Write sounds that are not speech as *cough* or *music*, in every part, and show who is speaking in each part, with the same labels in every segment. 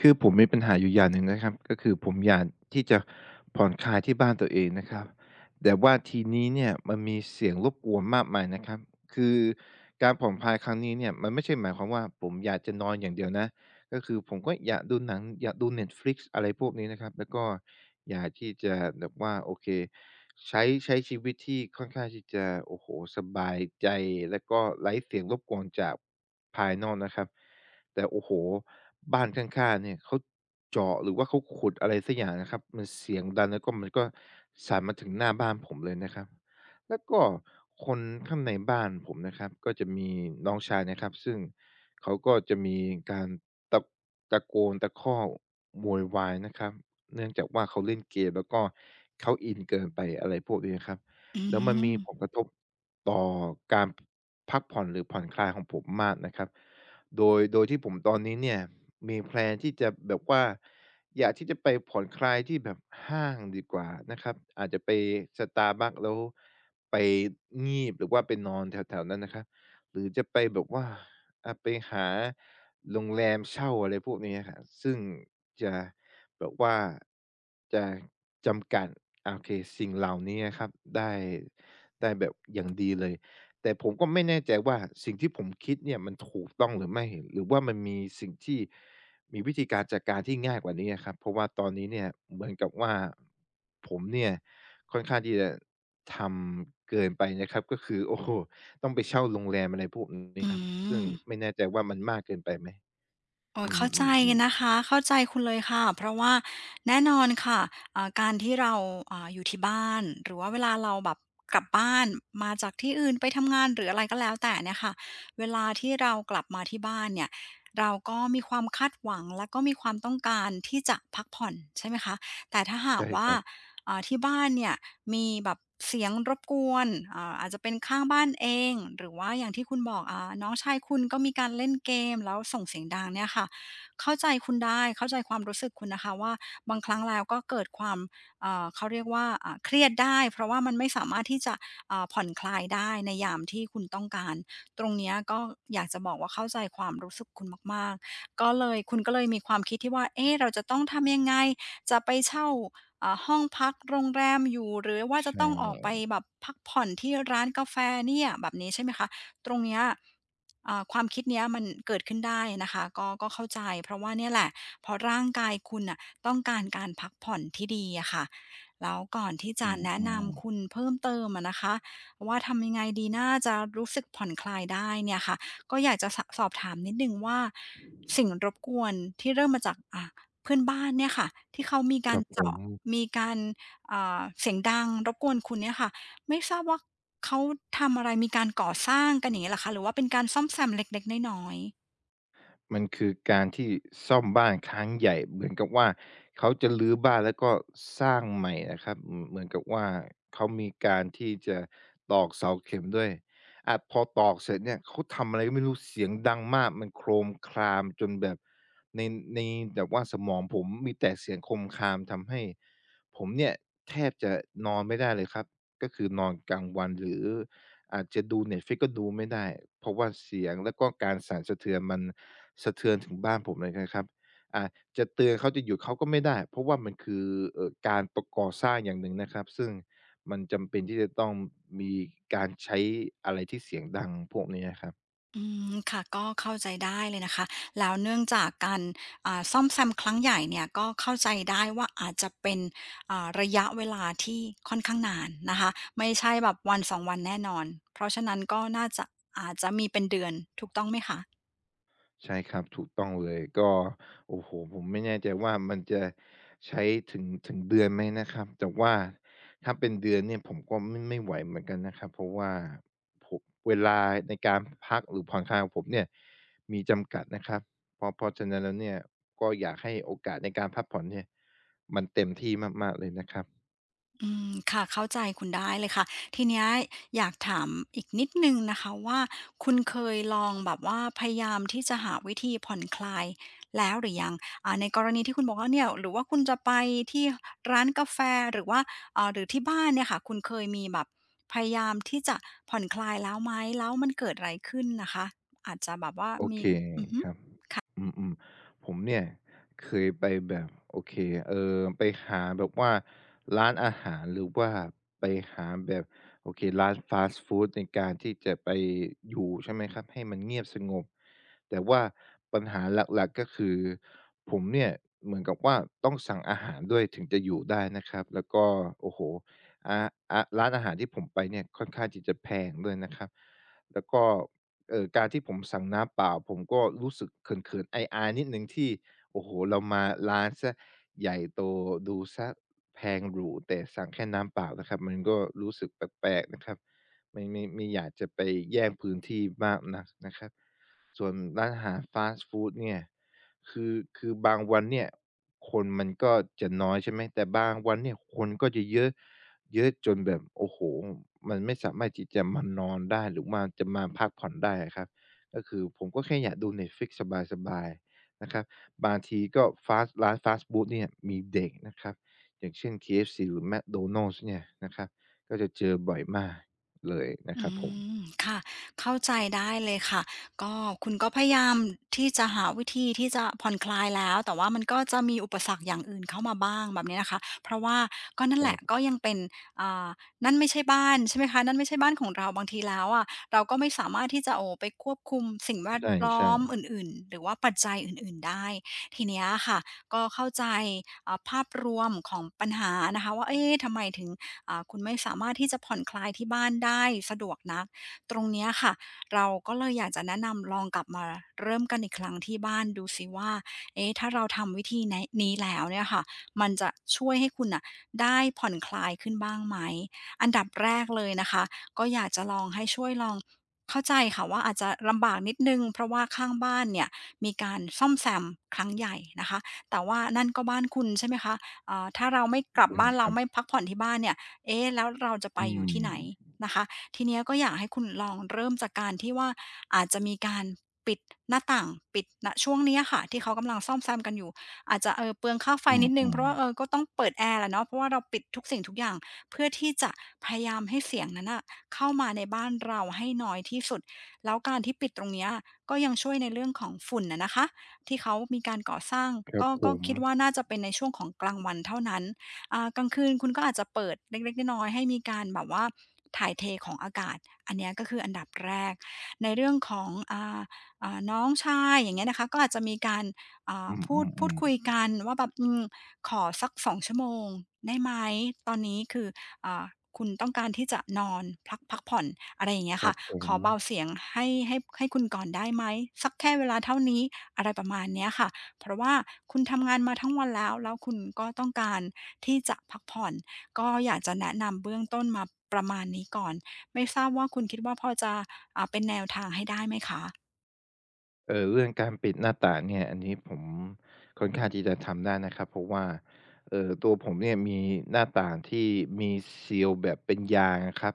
Speaker 1: คือผมมีปัญหาอยู่อย่างหนึ่งนะครับก็คือผมอยากที่จะผ่อนคลายที่บ้านตัวเองนะครับแต่ว่าทีนี้เนี่ยมันมีเสียงรบกวนมากมายนะครับคือการผ่อนคลายครั้งนี้เนี่ยมันไม่ใช่หมายความว่าผมอยากจะนอนอย่างเดียวนะก็คือผมก็อยากดูหนังอยากดู Netflix อะไรพวกนี้นะครับแล้วก็อยากที่จะแบบว่าโอเคใช้ชีวิตที่ค่อนข้างที่จะโอ้โฮสบายใจแล้วก็ไร้เสียงรบกวนจากภายนอกนะครับ แต่โอ้โหบ้านข้างๆเนี่ยเขาเจาะหรือว่าเขาขุดอะไรสักอย่างนะครับมันเสียงดังแล้วก็มันก็สั่นมาถึงหน้าบ้านผมเลยนะครับแล้วก็คนข้างในบ้านผมนะครับก็จะมีน้องชายนะครับซึ่งเขาก็จะมีการตะตะโกนตะคอกโวยวายนะครับเนื่องจากว่าเขาเล่นเกมแล้วก็เขาอินเกินไปอะไรพวกนี้นะครับ
Speaker 2: อื
Speaker 1: แล้วมัน
Speaker 2: ม
Speaker 1: มีผลกระทบต่อการพักผ่อนหรือผ่อนคลายของผมมากนะครับ โดยที่ผมตอนนี้เนี่ยมีแพลนที่จะแบบว่าอยากที่จะไปผ่อนคลายที่แบบห้างดีกว่านะครับอาจจะไป Starbucks แล้วไปงีบหรือว่าไปนอนแถวๆนั้นนะครับหรือจะไปแบบว่าอาไปหาโรงแรมเช่าอะไรพวกนี้อะครับซึ่งจะแบบว่าจะจำกัดอาโอเคสิ่งเหล่านี้อะครับได้ได้แบบอย่างดีเลย แต่ผมก็ไม่แน่ใจว่าสิ่งที่ผมคิดเนี่ยมันถูกต้องหรือไม่หรือว่ามันมีสิ่งที่มีวิธีการจัดการที่ง่ายกว่านี้อะครับเพราะว่าตอนนี้เนี่ยเหมือนกับว่าผมเนี่ยค่อนข้างที่จะทำเกินไปนะครับก็คือ *laughs* โอ้โฮต้องไปเช่าโรงแรมอะไรพวกนี้
Speaker 2: อื
Speaker 1: ครับซึ่ง
Speaker 2: ม
Speaker 1: ไม่แน่ใจว่ามันมากเกินไปไหม
Speaker 2: โอ้ย
Speaker 1: อื
Speaker 2: เข้าใจ
Speaker 1: มๆๆ
Speaker 2: นะคะเข้าใจคุณเลยค่ะเพราะว่าแน่นอนค่ะการที่เราอยู่ที่บ้านหรือว่าเวลาเราแบบกลับบ้านมาจากที่อื่นไปทำงานหรืออะไรก็แล้วแต่เนี่ยค่ะเวลาที่เรากลับมาที่บ้านเนี่ยเราก็มีความคาดหวังและก็มีความต้องการที่จะพักผ่อนใช่ไหมคะแต่ถ้าหาก
Speaker 1: ใช่ค
Speaker 2: ว่า
Speaker 1: รับ
Speaker 2: ที่บ้านเนี่ยมีแบบเสียงรบกวนอาจจะเป็นข้างบ้านเองหรือว่าอย่างที่คุณบอกน้องชายคุณก็มีการเล่นเกมแล้วส่งเสียงดังเนี่ยค่ะเข้าใจคุณได้เข้าใจความรู้สึกคุณนะคะว่าบางครั้งแล้วก็เกิดความเขาเรียกว่าเครียดได้เพราะว่ามันไม่สามารถที่จะผ่อนคลายได้ในยามที่คุณต้องการตรงเนี้ยก็อยากจะบอกว่าเข้าใจความรู้สึกคุณมากๆก็เลยคุณก็เลยมีความคิดที่ว่าเอ๊ะเราจะต้องทำยังไงจะไปเช่า ห้องพักโรงแรมอยู่หรือว่าจะต้
Speaker 1: ใช่
Speaker 2: องออกไปแบบพักผ่อนที่ร้านกาแฟเนี่ยแบบนี้ใช่ไหมคะตรงเนี้ยความคิดเนี้ยมันเกิดขึ้นได้นะคะก็เข้าใจเพราะว่าเนี่ยแหละเพราะร่างกายคุณน่ะต้องการการพักผ่อนที่ดีอะค่ะแล้วก่อนที่
Speaker 1: อ
Speaker 2: จะแนะ
Speaker 1: ื
Speaker 2: นำคุ
Speaker 1: ม
Speaker 2: ณเพิ่มเติมอะนะคะว่าทำยังไงดีน่าจะรู้สึกผ่อนคลายได้เนี่ยค่ะก็อยากจะสอบถามนิดนึงว่าสิ่งรบกวนที่เริ่มมาจากเพื่อนบ้านเนี่ยค่ะที่เขามี
Speaker 1: ๆค
Speaker 2: การ
Speaker 1: รับผ
Speaker 2: เจาะ
Speaker 1: ม
Speaker 2: มีการเสียงดังรบกวนคุณเนี่ยค่ะไม่ทราบว่าเขาทำอะไรมีการก่อสร้างกันอย่างงี้เหรอคะหรือว่าเป็นการซ่อมแซมเล็กๆน้อยๆ
Speaker 1: มันคือการที่ซ่อมบ้านครั้งใหญ่เหมือนกับว่าเขาจะรื้อบ้านแล้วก็สร้างใหม่นะครับเหมือนกับว่าเขามีการที่จะตอกเสาเข็มด้วยอาพอตอกเสร็จเนี่ยเขาทำอะไรก็ไม่รู้เสียงดังมากมันโครมครามจนแบบในในแบบว่าสมองผมมีแต่เสียงโครมครามทำให้ผมเนี่ยแทบจะนอนไม่ได้เลยครับก็คือนอนกลางวันหรืออาจจะดู Netflix ก็ดูไม่ได้เพราะว่าเสียงแล้วก็การสั่นสะเทือนมัน สะเทือนถึงบ้านผมเลยนะครับอ่าจะเตือนเขาจะหยุดเขาก็ไม่ได้ เพราะว่ามันคือการประก่อสร้างอย่างหนึ่งนะครับ ซึ่งมันจำเป็นที่จะต้องมีการใช้อะไรที่เสียงดังพวกนี้อะครับ
Speaker 2: อืมค่ะก็เข้าใจได้เลยนะคะแล้วเนื่องจากการซ่อมแซมครั้งใหญ่เนี่ยก็เข้าใจได้ว่าอาจจะเป็นระยะเวลาที่ค่อนข้างนานนะคะไม่ใช่แบบวันสองวันแน่นอนเพราะฉะนั้นก็น่าจะอาจจะมีเป็นเดือนถูกต้องไหมคะ
Speaker 1: ใช่ครับถูกต้องเลยก็โอ้โฮผมไม่แน่ใจว่ามันจะใช้ถึงเดือนไหมนะครับแต่ว่าถ้าเป็นเดือนเนี่ยผมก็ไม่ไหวเหมือนกันนะครับเพราะว่าผมเวลาในการพักหรือผ่อนคลายของผมเนี่ยมีจำกัดนะครับเพราะฉะนั้นแล้วเนี่ยก็อยากให้โอกาสในการพักผ่อนเนี่ยมันเต็มที่มากๆเลยนะครับ
Speaker 2: อืมค่ะเข้าใจคุณได้เลยค่ะทีเนี้ยอยากถามอีกนิดหนึ่งนะคะว่าคุณเคยลองแบบว่าพยายามที่จะหาวิธีผ่อนคลายแล้วหรือยังในกรณีที่คุณบอกว่าเนี่ยหรือว่าคุณจะไปที่ร้านกาแฟหรือว่าหรือที่บ้านเนี่ยค่ะคุณเคยมีแบบพยายามที่จะผ่อนคลายแล้วไหมแล้วมันเกิดอะไรขึ้นนะคะอาจจะแบบว่า
Speaker 1: โอ
Speaker 2: มี
Speaker 1: เค
Speaker 2: อือฮึ
Speaker 1: ครับอืมๆผมเนี่ยเคยไปแบบโอเคไปหาแบบว่าร้านอาหารหรือว่าไปหาแบบโอเคร้านฟาสต์ฟูดในการที่จะไปอยู่ใช่ไหมครับให้มันเงียบสงบแต่ว่าปัญหาหลักๆก็คือผมเนี่ยเหมือนกับว่าต้องสั่งอาหารด้วยถึงจะอยู่ได้นะครับแล้วก็โอ้โฮอาอาร้านอาหารที่ผมไปเนี่ยค่อนข้างที่จะแพงด้วยนะครับแล้วก็ การที่ผมสั่งน้ำเปล่าผมก็รู้สึกเขินๆอายๆนิดหนึ่งที่โอ้โฮเรามาร้านเสียใหญ่โตดูเสียแพงหรูแต่สั่งแค่น้ำเปล่านะครับมันก็รู้สึกแปลกๆนะครับไม่ไม่อยากจะไปแย่งพื้นที่มากนักนะครับส่วนร้านอาหารฟาสต์ฟูดเนี่ยคือบางวันเนี่ยคนมันก็จะน้อยใช่ไหมแต่บางวันเนี่ยคนก็จะเยอะ เยอะจนแบบโอ้โฮมันไม่สามารถที่จะมานอนได้หรือมาจะมาพักผ่อนได้อะครับก็คือผมก็แค่อยากดู Netflix สบายๆนะครับบางทีก็ฟาสต์ร้านฟาสต์ฟูดเนี่ยมีเด็กนะครับอย่างเช่น KFC หรือ McDonald's เนี่ยนะครับก็จะเจอบ่อยมากเลยนะค
Speaker 2: อื
Speaker 1: รับผม
Speaker 2: มค่ะเข้าใจได้เลยค่ะก็คุณก็พยายามที่จะหาวิธีที่จะผ่อนคลายแล้วแต่ว่ามันก็จะมีอุปสรรคอย่างอื่นเข้ามาบ้างแบบนี้นะคะเพราะว่าก็นั่น
Speaker 1: ค
Speaker 2: แหละ
Speaker 1: รับ
Speaker 2: ก็ยังเป็นอ่านั่นไม่ใช่บ้านใช่ไหมคะนั่นไม่ใช่บ้านของเราบางทีแล้วอะเราก็ไม่สามารถที่จะโอ้ไปควบคุมสิ่งแวดล้อ
Speaker 1: ใช่
Speaker 2: มอ
Speaker 1: ๆ
Speaker 2: ื่นๆหรือว่าปัจจัยอื่นๆได้ทีเนี้ยค่ะก็เข้าใจภาพรวมของปัญหานะคะว่าเอ๊ะทำไมถึง คุณไม่สามารถที่จะผ่อนคลายที่บ้านได้สะดวกนักตรงเนี้ยค่ะเราก็เลยอยากจะแนะนำลองกลับมาเริ่มกันอีกครั้งที่บ้านดูสิว่าเอ๊ะถ้าเราทำวิธีไหนนี้แล้วเนี่ยค่ะมันจะช่วยให้คุณน่ะได้ผ่อนคลายขึ้นบ้างไหมอันดับแรกเลยนะคะก็อยากจะลองให้ช่วยลองเข้าใจค่ะว่าอาจจะลำบากนิดหนึ่งเพราะว่าข้างบ้านเนี่ยมีการซ่อมแซมครั้งใหญ่นะคะแต่ว่านั่นก็บ้านคุณใช่ไหมคะถ้าเราไม่กลับ
Speaker 1: ใช่
Speaker 2: บ้าน
Speaker 1: ค
Speaker 2: เรา
Speaker 1: รับ
Speaker 2: ไม่พักผ่อนที่บ้านเนี่ย เอ๊ะแล้วเราจะไป
Speaker 1: อื
Speaker 2: อยู่
Speaker 1: ม
Speaker 2: ที่ไหนนะคะทีเนี้ยก็อยากให้คุณลองเริ่มจากการที่ว่าอาจจะมีการปิดหน้าต่างปิดช่วงเนี้ยค่ะที่เขากำลังซ่อมแซมกันอยู่อาจจะเปลืองค่าไฟ
Speaker 1: อื
Speaker 2: นิดหนึ่งเพราะว่าเออ
Speaker 1: ม
Speaker 2: ก็ต้องเปิดแอร์แหละเนาะเพราะว่าเราปิดทุกสิ่งทุกอย่างเพื่อที่จะพยายามให้เสียงนั้นน่ะเข้ามาในบ้านเราให้น้อยที่สุดแล้วการที่ปิดตรงเนี้ยก็ยังช่วยในเรื่องของฝุ่นอะนะคะที่เขามีการก่อสร้าง
Speaker 1: ๆครับ
Speaker 2: ก็
Speaker 1: ผ
Speaker 2: ก็
Speaker 1: ม
Speaker 2: คิดว่าน่าจะเป็นในช่วงของกลางวันเท่านั้น กลางคืนคุณก็อาจจะเปิดเล็กๆน้อยๆให้มีการแบบว่าถ่ายเทของอากาศอันเนี้ยก็คืออันดับแรกในเรื่องของน้องชายอย่างเงี้ยนะคะก็อาจจะมีการ
Speaker 1: อื
Speaker 2: พูดพูด
Speaker 1: ม
Speaker 2: คุย
Speaker 1: ๆ
Speaker 2: กันว่าแบบอืมขอสัก2 ชั่วโมงได้ไหมตอนนี้คืออ่าคุณต้องการที่จะนอนพักผ่อนอะไรอย่างเงี้
Speaker 1: ๆ
Speaker 2: ย
Speaker 1: ครั
Speaker 2: ค่ะ
Speaker 1: บผ
Speaker 2: ข
Speaker 1: ม
Speaker 2: อเบาเสียงให้คุณก่อนได้ไหมสักแค่เวลาเท่านี้อะไรประมาณเนี้ยค่ะ เพราะว่าคุณทำงานมาทั้งวันแล้วแล้วคุณก็ต้องการที่จะพักผ่อนก็อยากจะแนะนำเบื้องต้นมาประมาณนี้ก่อนไม่ทราบว่าคุณคิดว่าพอจะเป็นแนวทางให้ได้ไหมคะ
Speaker 1: เรื่องการปิดหน้าต่างเนี่ยอันนี้ผมค่อนข้างที่จะทำได้นะครับเพราะว่าตัวผมเนี่ยมีหน้าต่างที่มีซีลแบบเป็นยางอะครับ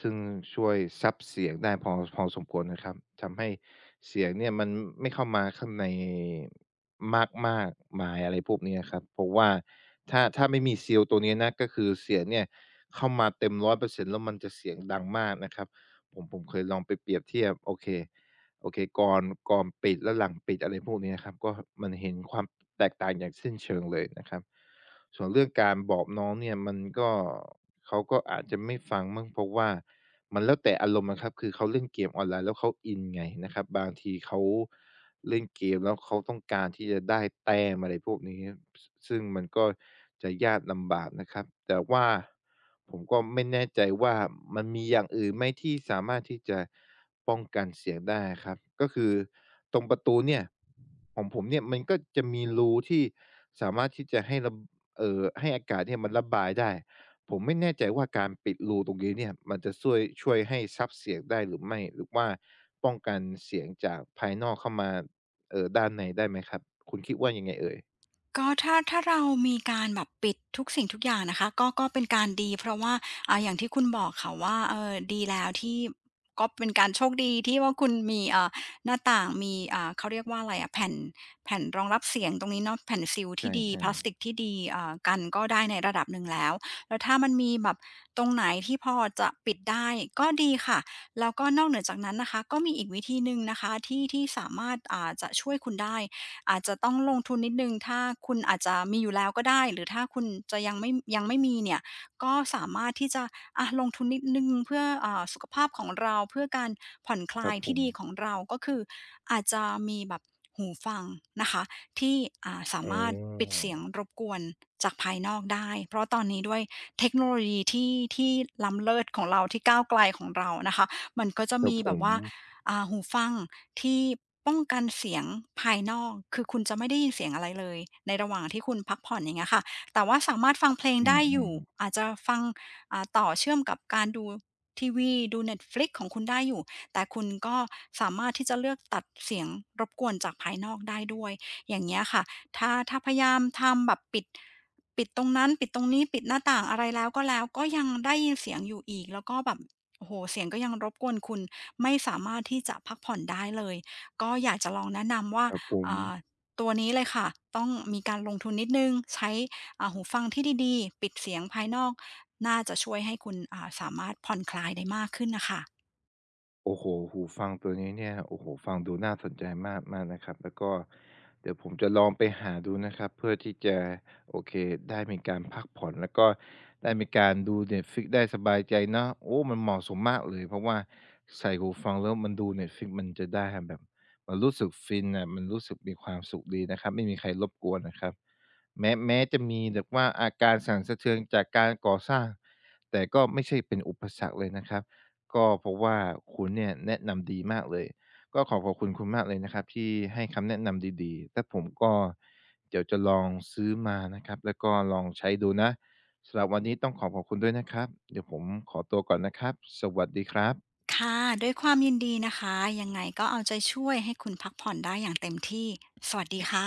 Speaker 1: ซึ่งช่วยซับเสียงได้พอสมควรนะครับทำให้เสียงเนี่ยมันไม่เข้ามาข้างในมากมากมายอะไรพวกเนี้ยครับเพราะว่าถ้าไม่มีซีลตัวนี้นะก็คือเสียงเนี่ยเข้ามาเต็ม100%แล้วมันจะเสียงดังมากนะครับผมเคยลองไปเปรียบเทียบโอเคก่อนก่อนปิดและหลังปิดอะไรพวกนี้นะครับก็มันเห็นความแตกต่างอย่างสิ้นเชิงเลยนะครับส่วนเรื่องการบอกน้องเนี่ยมันก็เขาก็อาจจะไม่ฟังมั้งเพราะว่ามันแล้วแต่อารมณ์นะครับคือเขาเล่นเกมออนไลน์แล้วเขาอินไงนะครับบางทีเขาเล่นเกมแล้วเขาต้องการที่จะได้แต้มอะไรพวกนี้ซึ่งมันก็จะยากลำบากนะครับแต่ว่า ผมก็ไม่แน่ใจว่ามันมีอย่างอื่นไหมที่สามารถที่จะป้องกันเสียงได้ครับก็คือตรงประตูเนี่ยของผมเนี่ยมันก็จะมีรูที่สามารถที่จะให้ระเอ่อให้อากาศเนี่ยมันระบายได้ผมไม่แน่ใจว่าการปิดรูตรงนี้เนี่ยมันจะช่วยให้ซับเสียงได้หรือไม่หรือว่าป้องกันเสียงจากภายนอกเข้ามาด้านในได้ไหมครับคุณคิดว่ายังไงเอ่ย
Speaker 2: ก็ถ้าเรามีการแบบปิดทุกสิ่งทุกอย่างนะคะก็เป็นการดีเพราะว่าอย่างที่คุณบอกค่ะว่าเออดีแล้วที่ก็เป็นการโชคดีที่ว่าคุณมีหน้าต่างมีเขาเรียกว่าอะไรอะแผ่นรองรับเสียงตรงนี้เนาะแผ่นซีลที่
Speaker 1: ใช่
Speaker 2: ดี
Speaker 1: ใช่
Speaker 2: พลาสติกที่ดีกันก็ได้ในระดับหนึ่งแล้วแล้วถ้ามันมีแบบตรงไหนที่พอจะปิดได้ก็ดีค่ะแล้วก็นอกเหนือจากนั้นนะคะก็มีอีกวิธีหนึ่งนะคะที่สามารถจะช่วยคุณได้ อาจจะต้องลงทุนนิดหนึ่งถ้าคุณอาจจะมีอยู่แล้วก็ได้ หรือถ้าคุณจะยังไม่มีเนี่ย ก็สามารถที่จะอะลงทุนนิดหนึ่งเพื่อสุขภาพของเราเพื่อการผ่อนค
Speaker 1: ค
Speaker 2: ลา
Speaker 1: รั
Speaker 2: ย
Speaker 1: บผ
Speaker 2: ที่
Speaker 1: ม
Speaker 2: ดีของเราก็คืออาจจะมีแบบหูฟังนะคะที่สา
Speaker 1: อ๋
Speaker 2: มารถปิด
Speaker 1: อ
Speaker 2: เสียงรบกวนจากภายนอกได้ เพราะตอนนี้ด้วยเทคโนโลยีที่ล้ำเลิศของเราที่ก้าวไกลของเรานะคะมันก็จะ
Speaker 1: ครับ
Speaker 2: มี
Speaker 1: ผ
Speaker 2: แบบ
Speaker 1: ม
Speaker 2: ว่า หูฟังที่ป้องกันเสียงภายนอก คือคุณจะไม่ได้ยินเสียงอะไรเลยในระหว่างที่คุณพักผ่อนอย่างเงี้ยค่ะ แต่ว่าสามารถฟังเพลง
Speaker 1: อื
Speaker 2: ได้อยู่
Speaker 1: ม
Speaker 2: อาจจะฟังต่อเชื่อมกับการดูทีวีดู Netflix ของคุณได้อยู่ แต่คุณก็สามารถที่จะเลือกตัดเสียงรบกวนจากภายนอกได้ด้วย อย่างเงี้ยค่ะถ้าพยายามทำแบบปิดปิดตรงนั้นปิดตรงนี้ปิดหน้าต่างอะไรแล้วก็ยังได้ยินเสียงอยู่อีกแล้วก็แบบ โอ้โฮเสียงก็ยังรบกวนคุณไม่สามารถที่จะพักผ่อนได้เลยก็อยากจะลองแนะนำว่า
Speaker 1: ๆครับผม
Speaker 2: อ่าตัวนี้เลยค่ะต้องมีการลงทุนนิดหนึ่งใช้หูฟังที่ดีๆปิดเสียงภายนอกน่าจะช่วยให้คุณสามารถผ่อนคลายได้มากขึ้นน่ะค่ะ
Speaker 1: โอ้โฮหูฟังตัวนี้เนี่ยโอ้โฮฟังดูน่าสนใจมากมากนะครับแล้วก็เดี๋ยวผมจะลองไปหาดูนะครับเพื่อที่จะโอเคได้มีการพักผ่อนแล้วก็ได้มีการดู Netflix ได้สบายใจเนาะโอ้มันเหมาะสมมากเลยเพราะว่าใส่หูฟังแล้วมันดู Netflix มันจะได้แบบมันรู้สึกฟินน่ะมันรู้สึกมีความสุขดีนะครับไม่มีใครรบกวนนะครับแม้จะมีแบบว่าอาการสั่นสะเทือนจากการก่อสร้างแต่ก็ไม่ใช่เป็นอุปสรรคเลยนะครับ ก็เพราะว่าคุณเนี่ยแนะนำดีมากเลยก็ขอขอบคุณคุณมากเลยนะครับที่ให้คำแนะนำดีๆแต่ผมก็เดี๋ยวจะลองซื้อมานะครับแล้วก็ลองใช้ดูนะสำหรับวันนี้ต้องขอขอบคุณด้วยนะครับเดี๋ยวผมขอตัวก่อนนะครับสวัสดีครับ
Speaker 2: ค่ะด้วยความยินดีนะคะยังไงก็เอาใจช่วยให้คุณพักผ่อนได้อย่างเต็มที่สวัสดีค่ะ